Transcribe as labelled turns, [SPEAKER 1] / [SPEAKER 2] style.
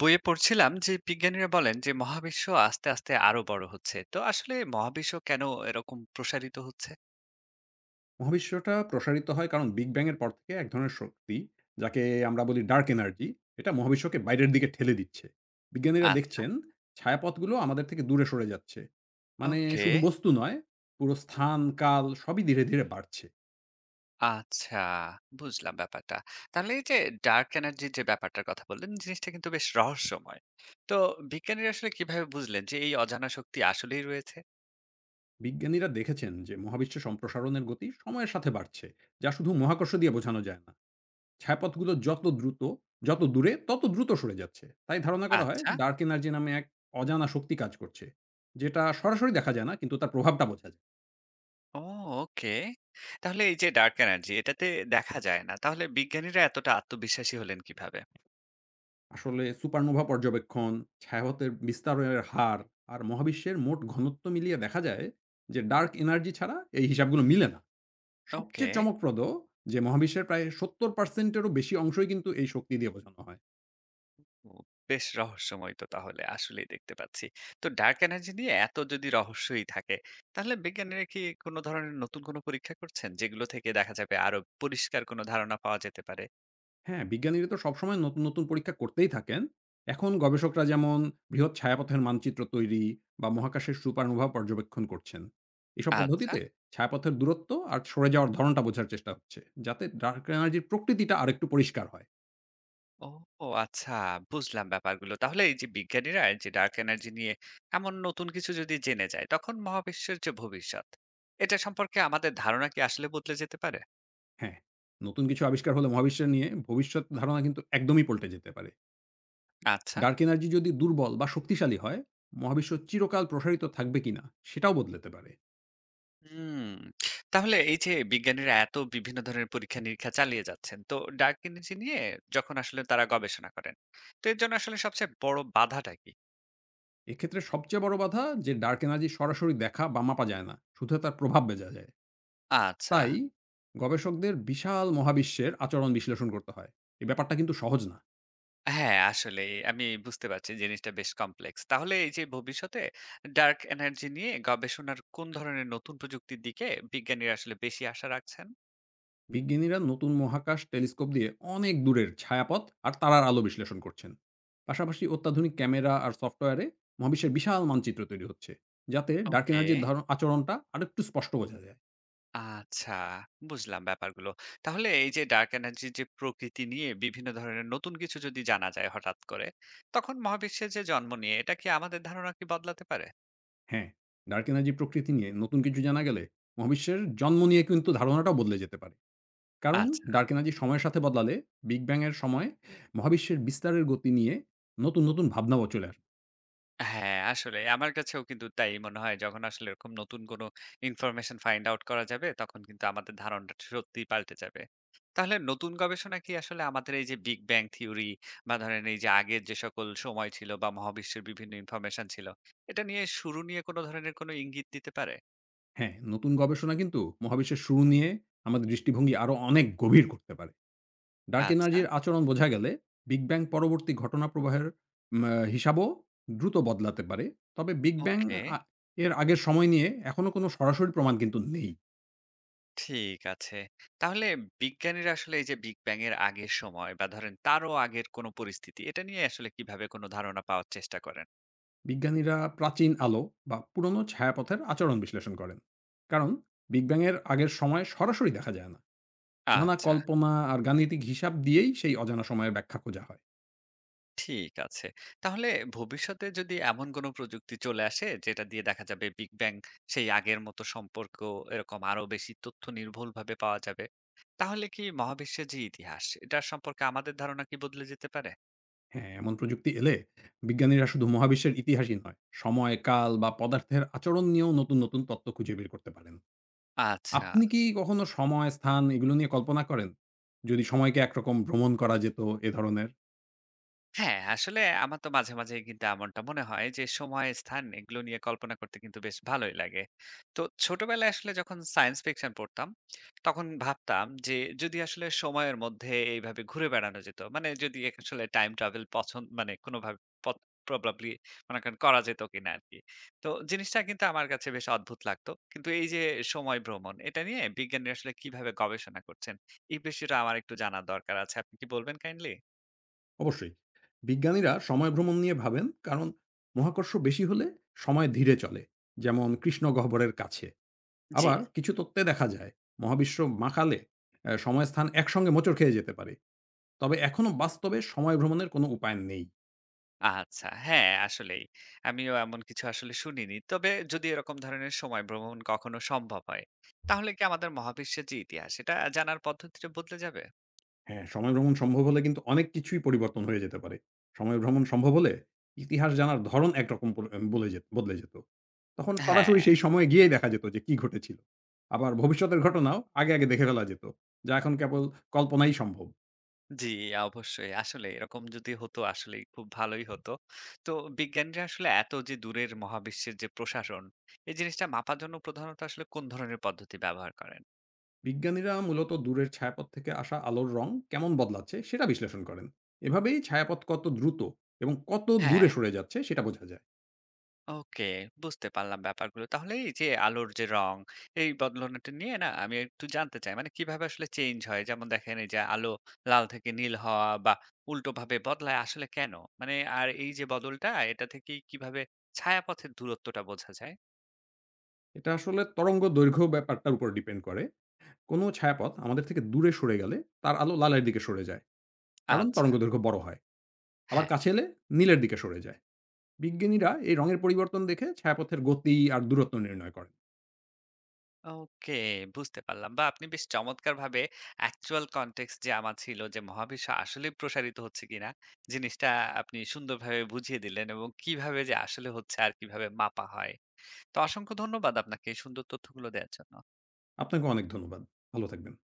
[SPEAKER 1] বইয়ে পড়ছিলাম যে বিজ্ঞানীরা বলেন যে মহাবিশ্ব আস্তে আস্তে আরো বড় হচ্ছে, তো আসলে মহাবিশ্ব কেন এরকম প্রসারিত হচ্ছে?
[SPEAKER 2] মহাবিশ্বটা প্রসারিত হয় কারণ বিগ ব্যাং এর পর থেকে এক ধরনের শক্তি, যাকে আমরা বলি ডার্ক এনার্জি, এটা মহাবিশ্বকে বাইরের দিকে ঠেলে দিচ্ছে। বিজ্ঞানীরা
[SPEAKER 1] আচ্ছা।
[SPEAKER 2] দেখছেন ছায়াপথগুলো আমাদের থেকে দূরে সরে যাচ্ছে। মানে
[SPEAKER 1] ওকে।
[SPEAKER 2] শুধু বস্তু নয়, পুরো স্থান, কাল সবই ধীরে, ধীরে বাড়ছে।
[SPEAKER 1] আচ্ছা, বুঝলাম ব্যাপারটা। তাহলে এই যে ডার্ক এনার্জির যে ব্যাপারটার কথা বললেন, জিনিসটা কিন্তু বেশ রহস্যময়। তো বিজ্ঞানীরা আসলে কিভাবে বুঝলেন যে এই অজানা শক্তি আসলেই রয়েছে?
[SPEAKER 2] বিজ্ঞানীরা দেখেছেন যে মহাবিশ্ব সম্প্রসারণের গতি সময়ের সাথে বাড়ছে, যা শুধু মহাকর্ষ দিয়ে বোঝানো যায় না। ছায়াপথগুলো যত দ্রুত, যত দূরে, তত দ্রুত সরে যাচ্ছে। তাই ধারণা করা হয়
[SPEAKER 1] আচ্ছা।
[SPEAKER 2] ডার্ক এনার্জি নামে এক অজানা শক্তি কাজ করছে। যেটা সরাসরি দেখা যায় না কিন্তু তার প্রভাবটা বোঝা যায়।
[SPEAKER 1] ও, ওকে। তাহলে এই যে ডার্ক এনার্জি, এটাতে দেখা যায় না, তাহলে বিজ্ঞানীরা এতটা আত্মবিশ্বাসী হলেন কিভাবে?
[SPEAKER 2] আসলে সুপারনোভা পর্যবেক্ষণ, ছায়াপথের বিস্তারের হার আর মহাবিশ্বের মোট ঘনত্ব মিলিয়ে দেখা যায় যে ডার্ক এনার্জি ছাড়া এই হিসাবগুলো মিলে না।
[SPEAKER 1] ওকে।
[SPEAKER 2] সবচেয়ে চমকপ্রদ যে মহাবিশ্বের প্রায় ৭০% এরও বেশি অংশই কিন্তু এই শক্তি দিয়ে বোঝানো হয়।
[SPEAKER 1] ও, বেশ রহস্যময় তো, তাহলে আসলেই দেখতে পাচ্ছি। তো ডার্ক এনার্জি নিয়ে এত যদি রহস্যই থাকে, তাহলে বিজ্ঞানীরা কি কোন ধরনের নতুন কোন পরীক্ষা করছেন? যেগুলো থেকে দেখা যাবে আরো পরিষ্কার কোন ধারণা পাওয়া যেতে পারে?
[SPEAKER 2] হ্যাঁ, বিজ্ঞানীরা তো সবসময় নতুন, নতুন পরীক্ষা করতেই থাকেন। এখন গবেষকরা যেমন বৃহৎ ছায়াপথের মানচিত্র তৈরি বা মহাকাশের সুপারনোভা পর্যবেক্ষণ করছেন। এসব
[SPEAKER 1] আচ্ছা।
[SPEAKER 2] পদ্ধতিতে ছায়াপথের দূরত্ব আর সরে যাওয়ার ধরনটা বোঝার চেষ্টা হচ্ছে, যাতে ডার্ক এনার্জির প্রকৃতিটা আরেকটু পরিষ্কার হয়।
[SPEAKER 1] ও, ও আচ্ছা, বুঝলাম ব্যাপারগুলো। তাহলে এই যে বিজ্ঞানীরা এই যে ডার্ক এনার্জি নিয়ে এমন নতুন কিছু যদি জেনে যায়, তখন মহাবিশ্বের যে ভবিষ্যৎ, এটা সম্পর্কে আমাদের ধারণা কি আসলে বদলে যেতে পারে?
[SPEAKER 2] হ্যাঁ, নতুন কিছু আবিষ্কার হলে মহাবিশ্ব নিয়ে ভবিষ্যৎ ধারণা কিন্তু একদমই পল্টে যেতে পারে।
[SPEAKER 1] আচ্ছা।
[SPEAKER 2] ডার্ক এনার্জি যদি দুর্বল বা শক্তিশালী হয়, মহাবিশ্ব চিরকাল প্রসারিত থাকবে কিনা সেটাও বদলাতে পারে।
[SPEAKER 1] হুম, তাহলে এই যে বিজ্ঞানীরা এত বিভিন্ন ধরনের পরীক্ষা-নিরীক্ষা চালিয়ে যাচ্ছেন, তো ডার্ক এনার্জি নিয়ে যখন আসলে তারা গবেষণা করেন, তো এর জন্য আসলে সবচেয়ে বড় বাধাটা কি?
[SPEAKER 2] এক্ষেত্রে সবচেয়ে বড় বাধা যে ডার্ক এনার্জি সরাসরি দেখা বা মাপা যায় না, শুধু তার প্রভাব বোঝা যায়।
[SPEAKER 1] আচ্ছা।
[SPEAKER 2] তাই গবেষকদের বিশাল মহাবিশ্বের আচরণ বিশ্লেষণ করতে হয়। এই ব্যাপারটা কিন্তু সহজ না।
[SPEAKER 1] হ্যাঁ, আসলেই আমি বুঝতে পারছি জিনিসটা বেশ কমপ্লেক্স। তাহলে এই যে ভবিষ্যতে ডার্ক এনার্জি নিয়ে গবেষণার কোন ধরনের নতুন প্রযুক্তির দিকে বিজ্ঞানীরা আসলে বেশি আশা রাখছেন?
[SPEAKER 2] বিজ্ঞানীরা নতুন মহাকাশ টেলিস্কোপ দিয়ে অনেক দূরের ছায়াপথ আর তারার আলো বিশ্লেষণ করছেন। পাশাপাশি অত্যাধুনিক ক্যামেরা আর সফটওয়্যারে মহাবিশ্বের বিশাল মানচিত্র তৈরি হচ্ছে, যাতে ডার্ক
[SPEAKER 1] ওকে।
[SPEAKER 2] এনার্জির ধারণ আচরণটা আরেকটু স্পষ্ট বোঝা যায়।
[SPEAKER 1] আচ্ছা, বুঝলাম ব্যাপারগুলো। তাহলে এই যে ডার্ক এনার্জি যে প্রকৃতি নিয়ে বিভিন্ন ধরনের নতুন কিছু যদি জানা যায় হঠাৎ করে, তখন মহাবিশ্বে যে জন্ম নিয়ে এটা কি আমাদের ধারণা কি বদলাতে পারে?
[SPEAKER 2] হ্যাঁ, ডার্ক এনার্জি প্রকৃতি নিয়ে নতুন কিছু জানা গেলে মহাবিশ্বের জন্ম নিয়ে কিন্তু ধারণাটাও বদলে যেতে পারে। কারণ
[SPEAKER 1] আচ্ছা।
[SPEAKER 2] ডার্ক এনার্জি সময়ের সাথে বদলালে বিগ ব্যাং এর সময় মহাবিশ্বের বিস্তারের গতি নিয়ে নতুন নতুন ভাবনাও চলে আসবে।
[SPEAKER 1] হ্যাঁ, আসলে আমার কাছেও কিন্তু তাই মনে হয়। যখন আসলে এরকম নতুন কোন ইনফরমেশন ফাইন্ড আউট করা যাবে, তখন কিন্তু আমাদের ধারণাটা সত্যিই পাল্টে যাবে। তাহলে নতুন গবেষণা কি আসলে আমাদের এই যে বিগ ব্যাং থিওরি বা ধরেন এই যে আগের যে সকল সময় ছিল বা মহাবিশ্বের বিভিন্ন ইনফরমেশন ছিল, এটা নিয়ে শুরু নিয়ে কোন ধরনের কোন ইঙ্গিত দিতে পারে?
[SPEAKER 2] হ্যাঁ, নতুন গবেষণা কিন্তু মহাবিশ্বের শুরু নিয়ে আমাদের দৃষ্টিভঙ্গি আরো অনেক গভীর করতে পারে। ডার্ক
[SPEAKER 1] আচ্ছা,
[SPEAKER 2] এনার্জির আচরণ বোঝা গেলে বিগ ব্যাং পরবর্তী ঘটনা প্রবাহের উম আ হিসাবও দ্রুত বদলাতে পারে। তবে বিগ ব্যাং
[SPEAKER 1] ওকে।
[SPEAKER 2] আ এর আগের সময় নিয়ে এখনো কোনো সরাসরি প্রমাণ কিন্তু নেই।
[SPEAKER 1] ঠিক আছে। তাহলে বিজ্ঞানীরা আসলে এই যে বিগ ব্যাং এর আগের সময় বা ধরেন তারও আগের কোন পরিস্থিতি, এটা নিয়ে আসলে কিভাবে কোন ধারণা পাওয়ার চেষ্টা করেন?
[SPEAKER 2] বিজ্ঞানীরা প্রাচীন আলো বা পুরনো ছায়াপথের আচরণ বিশ্লেষণ করেন। কারণ বিগ ব্যাং এর আগের সময় সরাসরি দেখা যায় না। নানা
[SPEAKER 1] আচ্ছা।
[SPEAKER 2] কল্পনা আর গাণিতিক হিসাব দিয়েই সেই অজানা সময়ের ব্যাখ্যা খোঁজা হয়।
[SPEAKER 1] ঠিক আছে। তাহলে ভবিষ্যতে যদি এমন কোনো প্রযুক্তি চলে আসে যেটা দিয়ে দেখা যাবে বিগ ব্যাং সেই আগের মতো সম্পর্ক এরকম আরো বেশি তথ্য নির্ভুলভাবে পাওয়া যাবে। তাহলে কি মহাবিশ্বের যে ইতিহাস এটার সম্পর্কে আমাদের ধারণা কি বদলে যেতে পারে?
[SPEAKER 2] হ্যাঁ, এমন প্রযুক্তি এলে বিজ্ঞানীরা শুধু মহাবিশ্বের ইতিহাসই নয়, সময়, কাল বা পদার্থের আচরণ নিয়েও নতুন, নতুন তত্ত্ব খুঁজে বের করতে পারেন।
[SPEAKER 1] আচ্ছা।
[SPEAKER 2] আপনি কি কখনো সময়, স্থান এগুলো নিয়ে কল্পনা করেন? যদি সময়কে একরকম ভ্রমণ করা যেত এ ধরনের?
[SPEAKER 1] হ্যাঁ, আসলে আমার তো মাঝে মাঝে কিন্তু এমনটা মনে হয় যে সময়, স্থান এগুলো নিয়ে কল্পনা করতে কিন্তু বেশ ভালোই লাগে। তো ছোটবেলায় আসলে যখন সায়েন্স ফিকশন পড়তাম, তখন ভাবতাম যে যদি আসলে সময়ের মধ্যে এইভাবে ঘুরে বেড়ানো যেত। মানে যদি আসলে টাইম ট্রাভেল পছন্দ মানে কোনোভাবে পথ প্রবাবলি মনে করেন করা যেত কিনা আরকি। তো জিনিসটা কিন্তু আমার কাছে বেশ অদ্ভুত লাগতো। কিন্তু এই যে সময় ভ্রমণ, এটা নিয়ে বিজ্ঞানীরা আসলে কিভাবে গবেষণা করছেন? এই বিষয়টা আমার একটু জানার দরকার আছে। আপনি কি বলবেন কাইন্ডলি?
[SPEAKER 2] অবশ্যই। বিজ্ঞানীরা সময় ভ্রমণ নিয়ে ভাবেন, কারণ মহাকর্ষ বেশি হলে সময় ধীরে চলে, যেমন কৃষ্ণগহ্বরের কাছে।
[SPEAKER 1] জি।
[SPEAKER 2] আবার কিছু তত্ত্বে দেখা যায় মহাবিশ্ব মাখালে সময় স্থান একসঙ্গে হোঁচট খেয়ে যেতে পারে। তবে এখনো বাস্তবে সময় ভ্রমণের কোনো উপায় নেই।
[SPEAKER 1] আচ্ছা, হ্যাঁ, আসলেই। আমিও এমন কিছু আসলে শুনিনি। তবে যদি এরকম ধরনের সময় ভ্রমণ কখনো সম্ভব হয়, তাহলে কি আমাদের মহাবিশ্বের যে ইতিহাস, এটা জানার পদ্ধতিটা বদলে যাবে?
[SPEAKER 2] হ্যাঁ, সময় ভ্রমণ সম্ভব হলে কিন্তু অনেক কিছুই পরিবর্তন হয়ে যেতে পারে। সময় ভ্রমণ সম্ভব হলে ইতিহাস জানার ধরন একরকম পল অ্যা বলে যেত বদলে যেত। তখন
[SPEAKER 1] হ্যাঁ,
[SPEAKER 2] সরাসরি সেই সময়ে গিয়েই দেখা যেত যে কি ঘটেছিল। আবার ভবিষ্যতের ঘটনাও আগে, আগে দেখে ফেলা যেত। যা এখন কেবল কল্পনাই সম্ভব।
[SPEAKER 1] জি, অবশ্যই। আসলে এরকম যদি হতো, আসলেই খুব ভালোই হতো। তো বিজ্ঞানীরা আসলে এত যে দূরের মহাবিশ্বের যে প্রশাসন, এই জিনিসটা মাপার জন্য প্রধানত আসলে কোন ধরনের পদ্ধতি ব্যবহার করেন?
[SPEAKER 2] বিজ্ঞানীরা মূলত দূরের ছায়াপথ থেকে আসা আলোর রং কেমন বদলাচ্ছে সেটা বিশ্লেষণ করেন। এভাবেই ছায়াপথ কত দ্রুত এবং কত
[SPEAKER 1] হ্যাঁ।
[SPEAKER 2] দূরে সরে যাচ্ছে সেটা বোঝা যায়।
[SPEAKER 1] ওকে, বুঝতে পারলাম ব্যাপারগুলো। তাহলে এই যে আলোর যে রং, এই বদলানোটা নিয়ে না আমি একটু জানতে চাই। মানে কিভাবে আসলে চেঞ্জ হয়? যেমন দেখেন এই যে আলো লাল থেকে নীল হওয়া বা উল্টোভাবে বদলায় আসলে কেন? মানে আর এই যে বদলটা এটা থেকে কিভাবে ছায়াপথের দূরত্বটা বোঝা যায়?
[SPEAKER 2] এটা আসলে তরঙ্গ দৈর্ঘ্য ব্যাপারটার উপর ডিপেন্ড করে। কোনো ছায়াপথ আমাদের থেকে দূরে সরে গেলে তার আলো লালের দিকে সরে যায়, কারণ
[SPEAKER 1] আচ্ছা,
[SPEAKER 2] তরঙ্গ দৈর্ঘ্য বড় হয়। আবার
[SPEAKER 1] হ্যাঁ।
[SPEAKER 2] কাছে এলে নীলের দিকে সরে যায়। বিজ্ঞানীরা এই রঙের পরিবর্তন দেখে ছায়াপথের গতি আর দূরত্ব নির্ণয় করেন।
[SPEAKER 1] ওকে, বুঝতে পারলাম। বা আপনি বেশ চমৎকারভাবে অ্যাকচুয়াল কনটেক্সট যে আমার ছিল যে মহাবিশ্ব আসলেই প্রসারিত হচ্ছে কিনা, জিনিসটা আপনি সুন্দরভাবে বুঝিয়ে দিলেন এবং কিভাবে যে আসলে হচ্ছে আর কিভাবে মাপা হয়। তো অসংখ্য ধন্যবাদ আপনাকে এই সুন্দর তথ্যগুলো দেওয়ার জন্য।
[SPEAKER 2] আপনাকে অনেক ধন্যবাদ। ভালো থাকবেন।